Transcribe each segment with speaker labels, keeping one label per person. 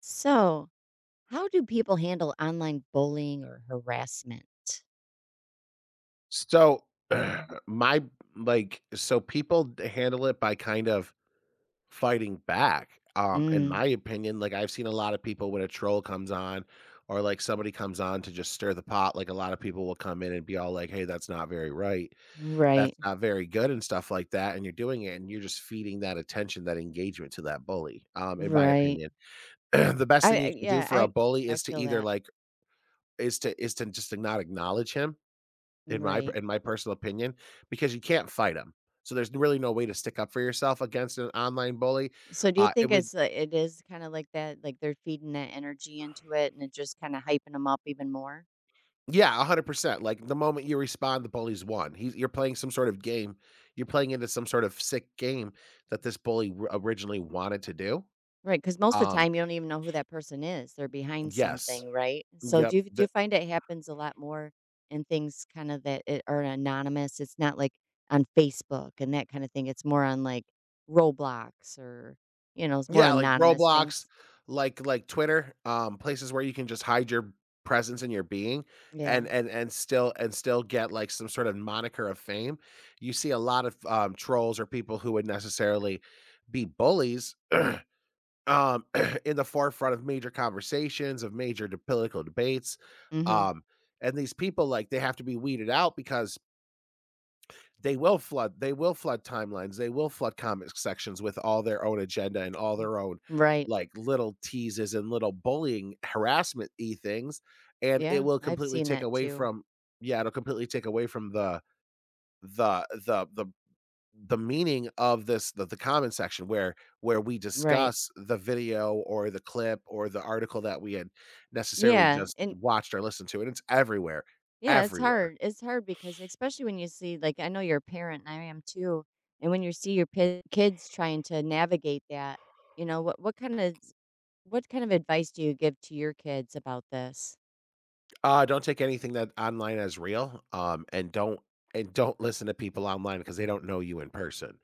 Speaker 1: So, how do people handle online bullying or harassment?
Speaker 2: So, my like so people d- handle it by kind of fighting back. In my
Speaker 1: Mm,
Speaker 2: opinion, like I've seen a lot of people when a troll comes on or like somebody comes on to just stir the pot, like a lot of people will come in and be all like, Hey, that's not very right,
Speaker 1: right,
Speaker 2: that's not very good, and stuff like that. And you're doing it and you're just feeding that attention, that engagement to that bully. In my
Speaker 1: right.
Speaker 2: opinion, the best
Speaker 1: I,
Speaker 2: thing
Speaker 1: I
Speaker 2: you can do
Speaker 1: yeah,
Speaker 2: for a
Speaker 1: I
Speaker 2: bully
Speaker 1: I
Speaker 2: is to
Speaker 1: feel
Speaker 2: either
Speaker 1: that.
Speaker 2: like is to just to not acknowledge him in my
Speaker 1: Right.
Speaker 2: in my personal opinion, because you can't fight them. So there's really no way to stick up for yourself against an online bully.
Speaker 1: So, do you
Speaker 2: Uh, it
Speaker 1: think
Speaker 2: would,
Speaker 1: it is kind of like that? Like they're feeding that energy into it, and it just kind of hyping them up even more.
Speaker 2: yeah, 100%. Like the moment you respond, the bully's won. You're playing some sort of game. You're playing into some sort of sick game that this originally wanted to do.
Speaker 1: Right, because most of the
Speaker 2: Um,
Speaker 1: time you don't even know who that person is. They're behind
Speaker 2: yes.
Speaker 1: something, right? So do
Speaker 2: Yep.
Speaker 1: you do you find it happens a lot more in things kinda that it are anonymous? It's not like on Facebook and that kinda thing. It's more on like Roblox or, you know, it's more
Speaker 2: Yeah, like
Speaker 1: anonymous
Speaker 2: Roblox,
Speaker 1: things.
Speaker 2: like Twitter, places where you can just hide your presence and your being and
Speaker 1: Yeah.
Speaker 2: still and still get like some sort of moniker of fame. You see a lot of trolls or people who would necessarily be bullies um in the forefront of major conversations, of major political debates.
Speaker 1: Mhm.
Speaker 2: Um and these people, like, they have to be weeded out because they will flood timelines, they will flood comic sections with all their own agenda and all
Speaker 1: Mm.
Speaker 2: their own
Speaker 1: Right.
Speaker 2: like little teases and little bullying harassment y things, and it
Speaker 1: Yeah,
Speaker 2: will
Speaker 1: I've
Speaker 2: completely
Speaker 1: seen
Speaker 2: take
Speaker 1: that
Speaker 2: away
Speaker 1: too.
Speaker 2: from yeah it'll completely take away from the the meaning of the comment section where we
Speaker 1: Right.
Speaker 2: discuss the video or the clip or the article that we had necessarily
Speaker 1: Yeah,
Speaker 2: just
Speaker 1: and
Speaker 2: watched or listened to. And it's everywhere,
Speaker 1: yeah, it's
Speaker 2: everywhere.
Speaker 1: hard. It's hard because especially when you see like I know you're a parent and I am too. And when you see your kids trying to navigate that, you know, what kind of advice do you give to your kids about this?
Speaker 2: Don't take anything that online as real, and don't listen to people online because they don't know you in person.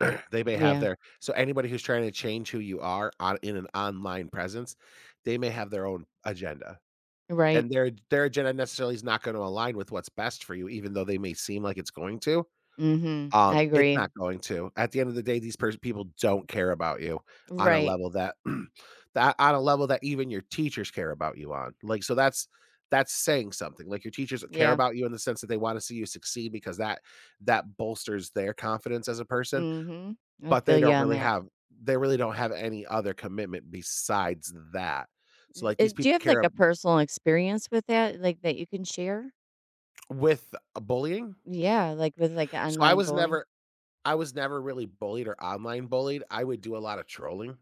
Speaker 2: they may have
Speaker 1: Yeah.
Speaker 2: their so Anybody who's trying to change who you are on in an online presence, they may have their own agenda.
Speaker 1: Right.
Speaker 2: And their agenda necessarily is not going to align with what's best for you, even though they may seem like it's going to.
Speaker 1: Mhm. I
Speaker 2: It's
Speaker 1: agree.
Speaker 2: not going to. At the end of the day, these pers people don't care about you on a
Speaker 1: Right.
Speaker 2: level that that on a level that even your teachers care about you on. Like, so that's saying something. Like, your teachers care
Speaker 1: Yeah.
Speaker 2: about you in the sense that they wanna see you succeed because that bolsters their confidence as a person,
Speaker 1: Mhm. I
Speaker 2: but they
Speaker 1: feel you
Speaker 2: don't
Speaker 1: on
Speaker 2: really
Speaker 1: that.
Speaker 2: have they really don't have any other commitment besides that. So,
Speaker 1: Y-
Speaker 2: like,
Speaker 1: uh,
Speaker 2: these
Speaker 1: Do you
Speaker 2: people
Speaker 1: have
Speaker 2: care
Speaker 1: like
Speaker 2: ab
Speaker 1: a personal experience with that like that you can share?
Speaker 2: with bullying?
Speaker 1: Yeah, like with like
Speaker 2: So,
Speaker 1: online bowling.
Speaker 2: I was never really bullied or online bullied. I would do a lot of trolling,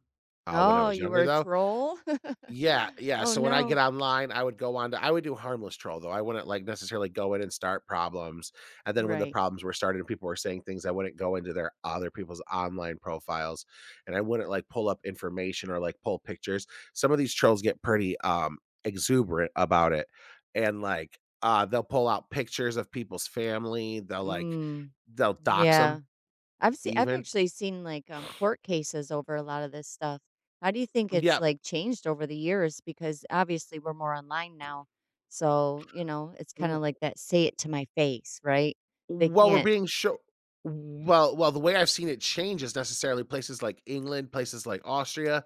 Speaker 2: when I
Speaker 1: Oh,
Speaker 2: was
Speaker 1: you
Speaker 2: younger,
Speaker 1: were a
Speaker 2: though.
Speaker 1: troll?
Speaker 2: Yeah, yeah,
Speaker 1: Oh
Speaker 2: so when I get
Speaker 1: no.
Speaker 2: online, I would go on to I would do harmless troll, though. I wouldn't, like, necessarily go in and start problems, and then when the
Speaker 1: Right.
Speaker 2: problems were started and people were saying things, I wouldn't go into their other people's online profiles, and I wouldn't, like, pull up information or, like, pull pictures. Some of these trolls get pretty, exuberant about it, and, like, they'll pull out pictures of people's family, they'll, like
Speaker 1: Mm,
Speaker 2: they'll dox dox them
Speaker 1: yeah. I've
Speaker 2: even.
Speaker 1: actually seen, like, court cases over a lot of this stuff. How do you think it's,
Speaker 2: Yeah.
Speaker 1: like, changed over the years? Because, obviously, we're more online now, so, you know, it's
Speaker 2: W
Speaker 1: kinda like that "say it to my face," right? They
Speaker 2: Well, we're
Speaker 1: can't—
Speaker 2: being show well well, the way I've seen it change is necessarily places like England, places like Austria,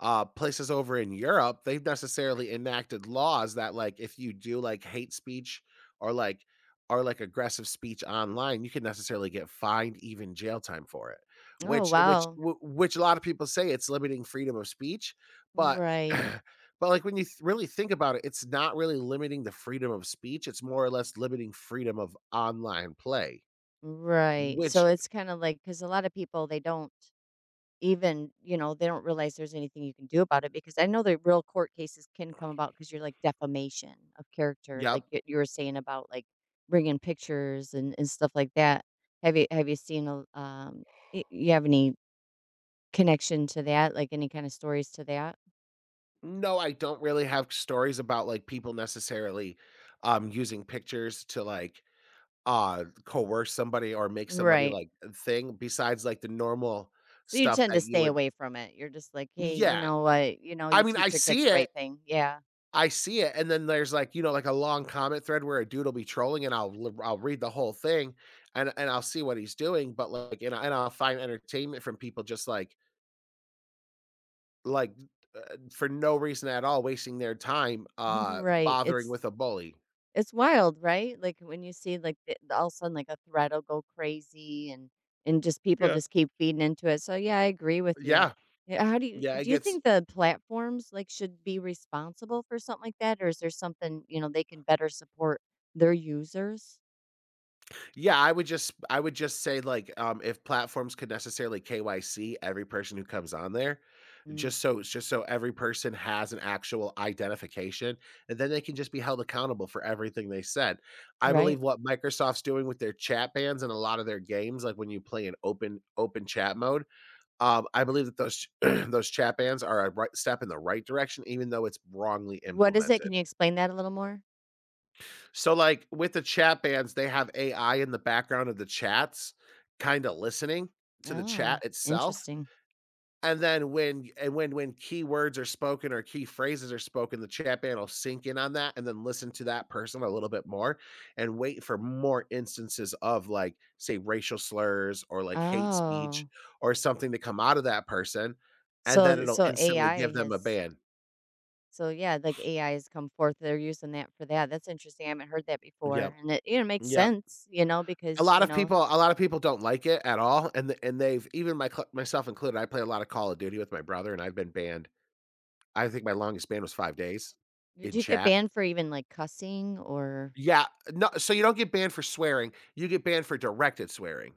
Speaker 2: places over in Europe. They've necessarily enacted laws that, like, if you do, like, hate speech or, like or, like, aggressive speech online, you can necessarily get fined, even jail time for it,
Speaker 1: "Oh, wow."
Speaker 2: which a lot of people say it's limiting freedom of speech, but
Speaker 1: Right,
Speaker 2: but like when you really think about it, it's not really limiting the freedom of speech. It's more or less limiting freedom of online play,
Speaker 1: right. So,
Speaker 2: which,
Speaker 1: it's kinda like because a lot of people, they don't even, you know, they don't realize there's anything you can do about it because I know that real court cases can come about because you're like defamation of character,
Speaker 2: yep.
Speaker 1: like you were saying about like bringing pictures and stuff like that. Have you seen a um? You have any connection to that? Like any kind of stories to that?
Speaker 2: No, I don't really have stories about like people necessarily using pictures to like coerce somebody or make somebody
Speaker 1: Right.
Speaker 2: like a thing besides like the normal
Speaker 1: So you
Speaker 2: stuff
Speaker 1: tend to
Speaker 2: that you
Speaker 1: stay
Speaker 2: would.
Speaker 1: away from it. You're just like, hey, you
Speaker 2: Yeah.
Speaker 1: know what? You know,
Speaker 2: I
Speaker 1: you
Speaker 2: mean,
Speaker 1: teach your kids the right thing. Yeah.
Speaker 2: I see it, and then there's, like, you know, like, a long comment thread where a dude will be trolling, and I'll read the whole thing, and I'll see what he's doing, but, like and I and I'll find entertainment from people just, like, for no reason at all, wasting their time,
Speaker 1: Right.
Speaker 2: bothering with a bully.
Speaker 1: It's wild, right? Like, when you see, like, the all of a sudden, like, a thread will go crazy and just people
Speaker 2: Yeah.
Speaker 1: just keep feeding into it. So, yeah, I agree with you.
Speaker 2: Yeah.
Speaker 1: Yeah, how
Speaker 2: Yeah, it
Speaker 1: do you
Speaker 2: gets
Speaker 1: think the platforms, like, should be responsible for something like that, or is there something, you know, they can better support their users?
Speaker 2: Yeah, I would just say like if platforms could necessarily KYC every person who comes on there,
Speaker 1: Mm,
Speaker 2: just so it's just so every person has an actual identification, and then they can just be held accountable for everything they said. I believe
Speaker 1: right.
Speaker 2: what Microsoft's doing with their chat bans and a lot of their games, like when you play an open chat mode, I believe that those those chat bans are a right step in the right direction, even though it's wrongly
Speaker 1: What is it?
Speaker 2: implemented.
Speaker 1: Can you explain that a little more?
Speaker 2: So, like with the chat bands, they have AI in the background of the chats, kind of listening to the
Speaker 1: Oh,
Speaker 2: chat itself.
Speaker 1: interesting.
Speaker 2: And then when and when keywords are spoken or key phrases are spoken, the chat band will sync in on that and then listen to that person a little bit more and wait for more instances of, like, say racial slurs or like hate speech
Speaker 1: Oh,
Speaker 2: or something to come out of that person, and
Speaker 1: so
Speaker 2: then
Speaker 1: th-
Speaker 2: it'll
Speaker 1: so
Speaker 2: instantly give
Speaker 1: AI
Speaker 2: them a
Speaker 1: has—
Speaker 2: ban.
Speaker 1: so yeah, like AI has come forth. They're using that for that. That's interesting. I haven't heard that
Speaker 2: Yep.
Speaker 1: before, and it you know makes
Speaker 2: Yep.
Speaker 1: sense. You know because you know
Speaker 2: A lot of people don't like it at all, and th and they've even my cl myself included. I play a lot of Call of Duty with my brother, and I've been banned, I think my longest ban was 5 days
Speaker 1: did
Speaker 2: in
Speaker 1: you get
Speaker 2: chat.
Speaker 1: banned for even like cussing or?
Speaker 2: Yeah, no, so you don't get banned for swearing, you get banned for directed swearing.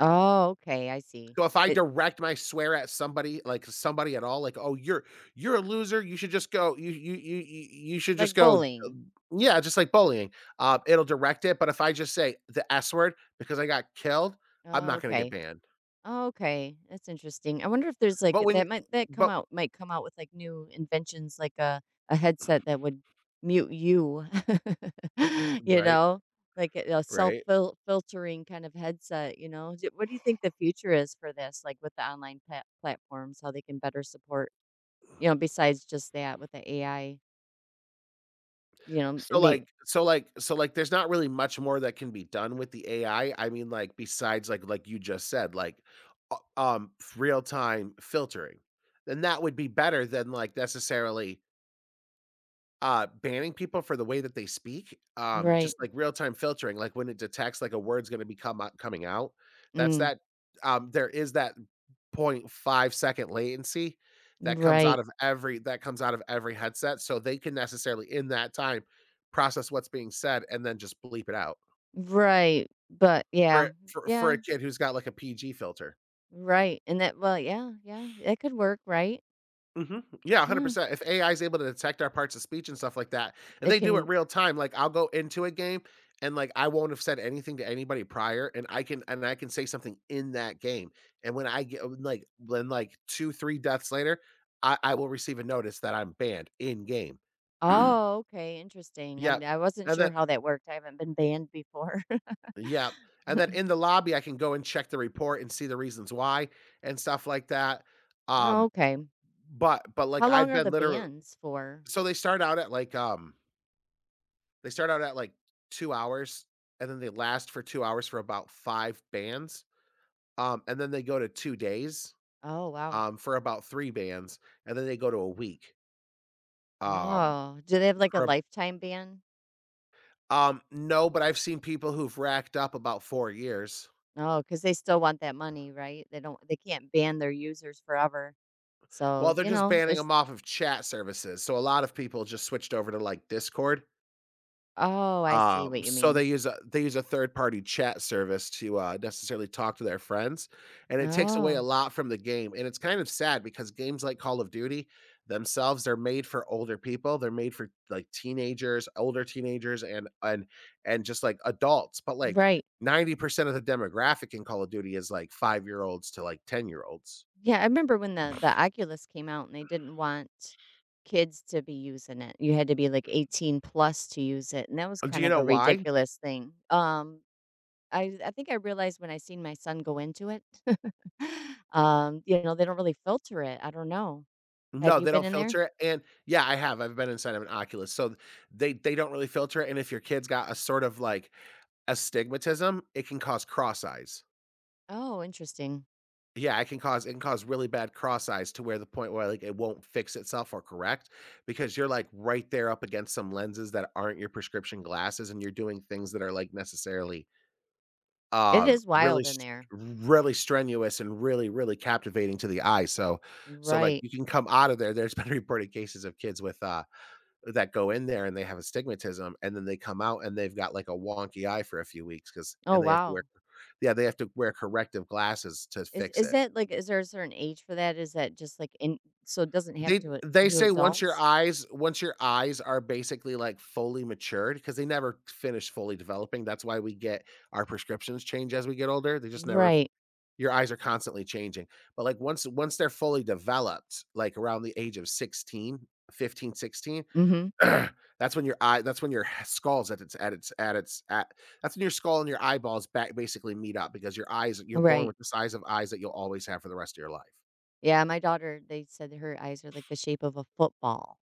Speaker 1: Oh, okay, I see.
Speaker 2: So if I
Speaker 1: It
Speaker 2: direct my swear at somebody, like, somebody at all, like, "Oh, you're a loser, you should just go, you should just
Speaker 1: like
Speaker 2: go,"
Speaker 1: bullying.
Speaker 2: yeah, just like bullying, it'll direct it, but if I just say the S word because I got killed, I'm
Speaker 1: Oh,
Speaker 2: not gonna get
Speaker 1: okay.
Speaker 2: banned.
Speaker 1: Oh, okay, that's interesting. I wonder if there's like
Speaker 2: But when you
Speaker 1: that come
Speaker 2: but
Speaker 1: out might come out with like new inventions, like a headset that would mute you, you
Speaker 2: Right,
Speaker 1: know, like a self
Speaker 2: right.
Speaker 1: filtering kind of headset. You know, what do you think the future is for this? Like with the online platforms, how they can better support, you know, besides just that with the AI, you know, maybe
Speaker 2: So, like, there's not really much more that can be done with the AI. I mean, like, besides, like you just said, like, real-time filtering. Then that would be better than, like, necessarily banning people for the way that they speak,
Speaker 1: right,
Speaker 2: just like real-time filtering, like when it detects like a word's gonna be come out coming out, that's
Speaker 1: mm,
Speaker 2: that, there is that 0 0.5-second latency that comes out
Speaker 1: right,
Speaker 2: of every that comes out of every headset, so they can necessarily in that time process what's being said and then just bleep it out
Speaker 1: right, but yeah,
Speaker 2: for
Speaker 1: yeah.
Speaker 2: a kid who's got like a PG filter.
Speaker 1: Right. And that, well, yeah, yeah, that could work, right?
Speaker 2: Yeah,
Speaker 1: Yeah,
Speaker 2: 100%. If AI is able to detect our parts of speech and stuff like that, if
Speaker 1: it
Speaker 2: they do it
Speaker 1: can—
Speaker 2: real time, like I'll go into a game, and like I won't have said anything to anybody prior, and I can say something in that game. And when I get like when like 2 3 deaths later, I will receive a notice that I'm banned in game.
Speaker 1: Oh, okay, interesting. I I
Speaker 2: Yep.
Speaker 1: d I wasn't
Speaker 2: And
Speaker 1: sure
Speaker 2: then
Speaker 1: how that worked. I haven't been banned before.
Speaker 2: yep. And then in the lobby I can go and check the report and see the reasons why and stuff like that.
Speaker 1: Oh,
Speaker 2: Um
Speaker 1: okay.
Speaker 2: but like
Speaker 1: How long
Speaker 2: I've
Speaker 1: are the
Speaker 2: been literally,
Speaker 1: bans for?
Speaker 2: so they start out at they start out at like 2 hours, and then they last for 2 hours for about 5 bands, and then they go to 2 days,
Speaker 1: Oh, wow.
Speaker 2: for about 3 bands, and then they go to a week, um,
Speaker 1: Oh, do they have, like, a
Speaker 2: for a-
Speaker 1: lifetime ban?
Speaker 2: no, but I've seen people who've racked up about 4 years.
Speaker 1: Oh, because they still want that money, right? They can't ban their users forever. So,
Speaker 2: Well, they're
Speaker 1: you
Speaker 2: just
Speaker 1: know,
Speaker 2: banning
Speaker 1: there's—
Speaker 2: them off of chat services, so a lot of people just switched over to, like, Discord.
Speaker 1: Oh, I see what you
Speaker 2: So
Speaker 1: mean.
Speaker 2: they use a third-party chat service to, necessarily talk to their friends, and it takes away a
Speaker 1: Oh,
Speaker 2: lot from the game, and it's kind of sad because games like Call of Duty themselves are made for older people, they're made for, like, teenagers, older teenagers, and and just, like, adults, but, like,
Speaker 1: right.
Speaker 2: 90% of the demographic in Call of Duty is, like, five-year-olds to, like, ten-year-olds.
Speaker 1: Yeah, I remember when the Oculus came out and they didn't want kids to be using it. You had to be like 18 plus to use it, and that was
Speaker 2: Do
Speaker 1: kind
Speaker 2: you
Speaker 1: of
Speaker 2: know
Speaker 1: a
Speaker 2: why?
Speaker 1: ridiculous thing. Um, I think I realized when I seen my son go into it. You know, they don't really filter it. I don't know. Have
Speaker 2: No,
Speaker 1: you
Speaker 2: they
Speaker 1: been
Speaker 2: don't
Speaker 1: in there?
Speaker 2: filter it, and yeah, I have, I've been inside of an Oculus, so they don't really filter it, and if your kid's got a sort of, like, astigmatism, it can cause cross eyes.
Speaker 1: Oh, interesting.
Speaker 2: Yeah, it can cause really bad cross eyes to where the point where, like, it won't fix itself or correct because you're, like, right there up against some lenses that aren't your prescription glasses, and you're doing things that are, like, necessarily,
Speaker 1: It
Speaker 2: um,
Speaker 1: is
Speaker 2: really
Speaker 1: wild in
Speaker 2: st
Speaker 1: there.
Speaker 2: really strenuous and really, really captivating to the eye, so so, like,
Speaker 1: Right.
Speaker 2: you can come out of there, there's been reported cases of kids with, that go in there and they have astigmatism and then they come out and they've got like a wonky eye for a few weeks because
Speaker 1: Oh,
Speaker 2: and they have to wear
Speaker 1: wow.
Speaker 2: yeah, they have to wear corrective glasses to
Speaker 1: Is
Speaker 2: fix
Speaker 1: is
Speaker 2: it.
Speaker 1: that like is there a certain age for that? Is that just like in so it doesn't happen
Speaker 2: They
Speaker 1: to
Speaker 2: they
Speaker 1: to
Speaker 2: say
Speaker 1: adults?
Speaker 2: once your eyes are basically like fully matured because they never finish fully developing. That's why we get our prescriptions change as we get older. They just never
Speaker 1: Right.
Speaker 2: your eyes are constantly changing. But like once they're fully developed, like around the age of 16.
Speaker 1: Mhm.
Speaker 2: That's when your skull's at its at its at its at that's when your skull and your eyeballs back basically meet up because your eyes you're born
Speaker 1: Right.
Speaker 2: with the size of eyes that you'll always have for the rest of your life.
Speaker 1: Yeah, my daughter, they said that her eyes are like the shape of a football.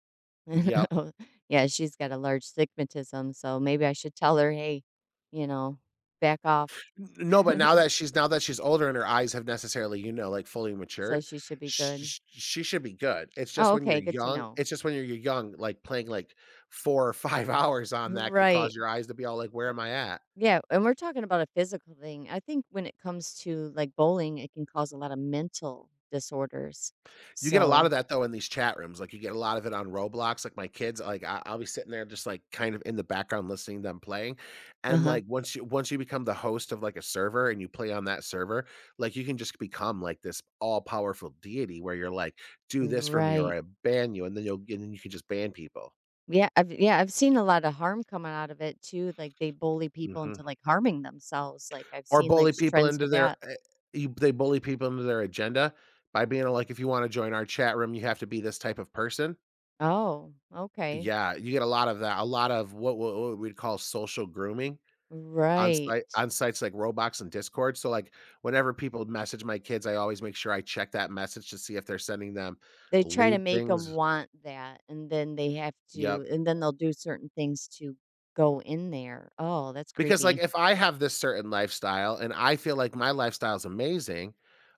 Speaker 2: Yep.
Speaker 1: Yeah, she's got a large astigmatism, so maybe I should tell her, "Hey, you know, back off."
Speaker 2: N No, but now that she's older and her eyes have necessarily, you know, like, fully
Speaker 1: So
Speaker 2: matured,
Speaker 1: she should be good.
Speaker 2: sh she should be good.
Speaker 1: Oh, okay, good to know.
Speaker 2: It's just when you're young, like, playing, like, 4 or 5 hours on that could cause
Speaker 1: Right.
Speaker 2: your eyes to be all like, "Where
Speaker 1: But
Speaker 2: am I at?"
Speaker 1: yeah, and we're talking about a physical thing. I think when it comes to, like, bowling, it can cause a lot of mental disorders.
Speaker 2: You get a lot of
Speaker 1: So,
Speaker 2: that though in these chat rooms, like, you get a lot of it on Roblox, like, my kids, like, I'll be sitting there just, like, kind of in the background listening to them playing, and,
Speaker 1: uh-huh.
Speaker 2: like, once you become the host of, like, a server and you play on that server, like, you can just become, like, this all-powerful deity where you're like, "Do this for me or
Speaker 1: Right.
Speaker 2: I ban you," and then you can just ban people.
Speaker 1: Yeah, I've seen a lot of harm coming out of it too, like, they bully people
Speaker 2: Mhm.
Speaker 1: into, like, harming themselves, like, I've
Speaker 2: Or
Speaker 1: seen, like,
Speaker 2: bully
Speaker 1: s
Speaker 2: people
Speaker 1: trends
Speaker 2: into
Speaker 1: with
Speaker 2: their
Speaker 1: that.
Speaker 2: eh you they bully people into their agenda by being like, "If you wanna join our chat room, you have to be this type of person."
Speaker 1: Oh, okay.
Speaker 2: Yeah, you get a lot of that, a lot of what we'd call social grooming
Speaker 1: Right.
Speaker 2: on sites like Roblox and Discord, so, like, whenever people message my kids, I always make sure I check that message to see if they're sending them
Speaker 1: They try to
Speaker 2: lewd
Speaker 1: make them
Speaker 2: things.
Speaker 1: want that, and then they have to
Speaker 2: Yep.
Speaker 1: and then they'll do certain things to go in there. Oh, that's
Speaker 2: Because, like,
Speaker 1: creepy.
Speaker 2: if I have this certain lifestyle and I feel like my lifestyle is amazing,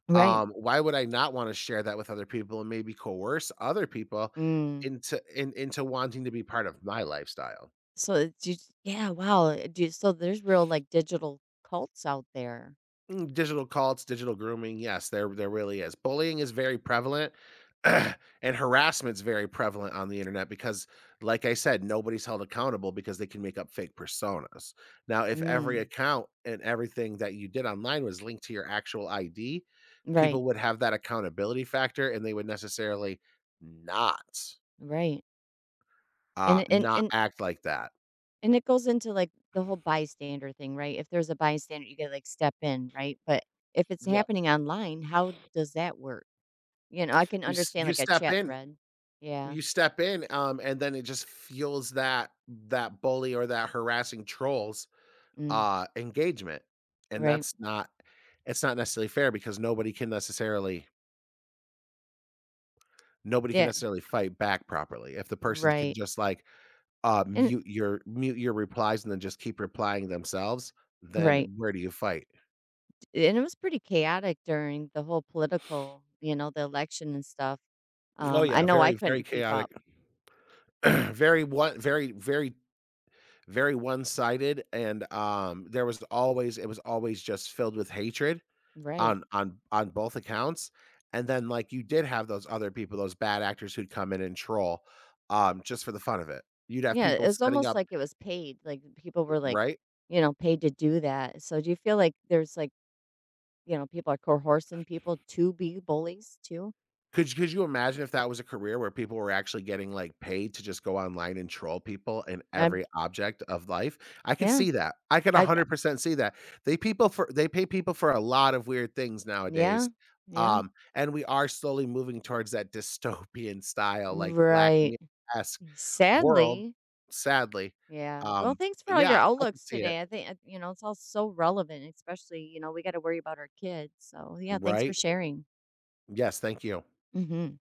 Speaker 1: Right.
Speaker 2: why would I not wanna share that with other people and maybe coerce other people
Speaker 1: Mm.
Speaker 2: into wanting to be part of my lifestyle?
Speaker 1: So it's you yeah, wow, do so there's real, like, digital cults out there.
Speaker 2: Mm, digital cults, digital grooming. Yes, there really is. Bullying is very prevalent and harassment's very prevalent on the internet because like I said, nobody's held accountable because they can make up fake personas. Now, if every
Speaker 1: Mm.
Speaker 2: account and everything that you did online was linked to your actual ID,
Speaker 1: Right,
Speaker 2: people would have that accountability factor and they would necessarily not
Speaker 1: right. And and
Speaker 2: not
Speaker 1: and
Speaker 2: act like that.
Speaker 1: And it goes into, like, the whole bystander thing, right? If there's a bystander, you gotta, like, step in, right? But if it's
Speaker 2: Yep.
Speaker 1: happening online, how does that work? You know, I can
Speaker 2: You s-
Speaker 1: understand,
Speaker 2: you
Speaker 1: like, a
Speaker 2: step
Speaker 1: chat
Speaker 2: in
Speaker 1: thread. Yeah.
Speaker 2: You step in, and then it just fuels that bully or that harassing troll's,
Speaker 1: Mm.
Speaker 2: engagement, and
Speaker 1: Right.
Speaker 2: that's not it's not necessarily fair because nobody can
Speaker 1: Yeah.
Speaker 2: necessarily fight back properly. If the person can
Speaker 1: Right.
Speaker 2: just, like,
Speaker 1: And
Speaker 2: mute your replies and then just keep replying themselves,
Speaker 1: right.
Speaker 2: then where do you fight?
Speaker 1: And it was pretty chaotic during the whole political you know, the election and stuff.
Speaker 2: Oh,
Speaker 1: I
Speaker 2: yeah,
Speaker 1: know I
Speaker 2: very, very
Speaker 1: couldn't keep
Speaker 2: chaotic,
Speaker 1: up.
Speaker 2: very, very, very one-sided, and, there was always it was always just filled with hatred
Speaker 1: Right.
Speaker 2: On both accounts, and then, like, you did have those other people, those bad actors who'd come in and troll, just for the fun of it. You'd have
Speaker 1: Yeah, it
Speaker 2: people
Speaker 1: was
Speaker 2: setting
Speaker 1: almost
Speaker 2: up
Speaker 1: like it was paid, like, people were, like,
Speaker 2: right?
Speaker 1: you know, paid to do that. So do you feel like there's, like, you know, people are coercing people to be bullies too.
Speaker 2: Could you imagine if that was a career where people were actually getting, like, paid to just go online and troll people in
Speaker 1: I
Speaker 2: every object of life? I could
Speaker 1: yeah.
Speaker 2: see that. I could
Speaker 1: I
Speaker 2: 100% see that. They pay people for a lot of weird things nowadays,
Speaker 1: yeah, yeah.
Speaker 2: and we are slowly moving towards that dystopian style, like, Black
Speaker 1: Right.
Speaker 2: Mirror-esque world,
Speaker 1: Sadly,
Speaker 2: sadly.
Speaker 1: yeah. Well,
Speaker 2: Um,
Speaker 1: thanks for
Speaker 2: but
Speaker 1: all your
Speaker 2: yeah, I can
Speaker 1: outlooks
Speaker 2: see it,
Speaker 1: today. I think, you know, it's all so relevant, especially, you know, we gotta worry about our kids. So, yeah, thanks for
Speaker 2: right?
Speaker 1: sharing.
Speaker 2: Yes, thank you.
Speaker 1: Mhm.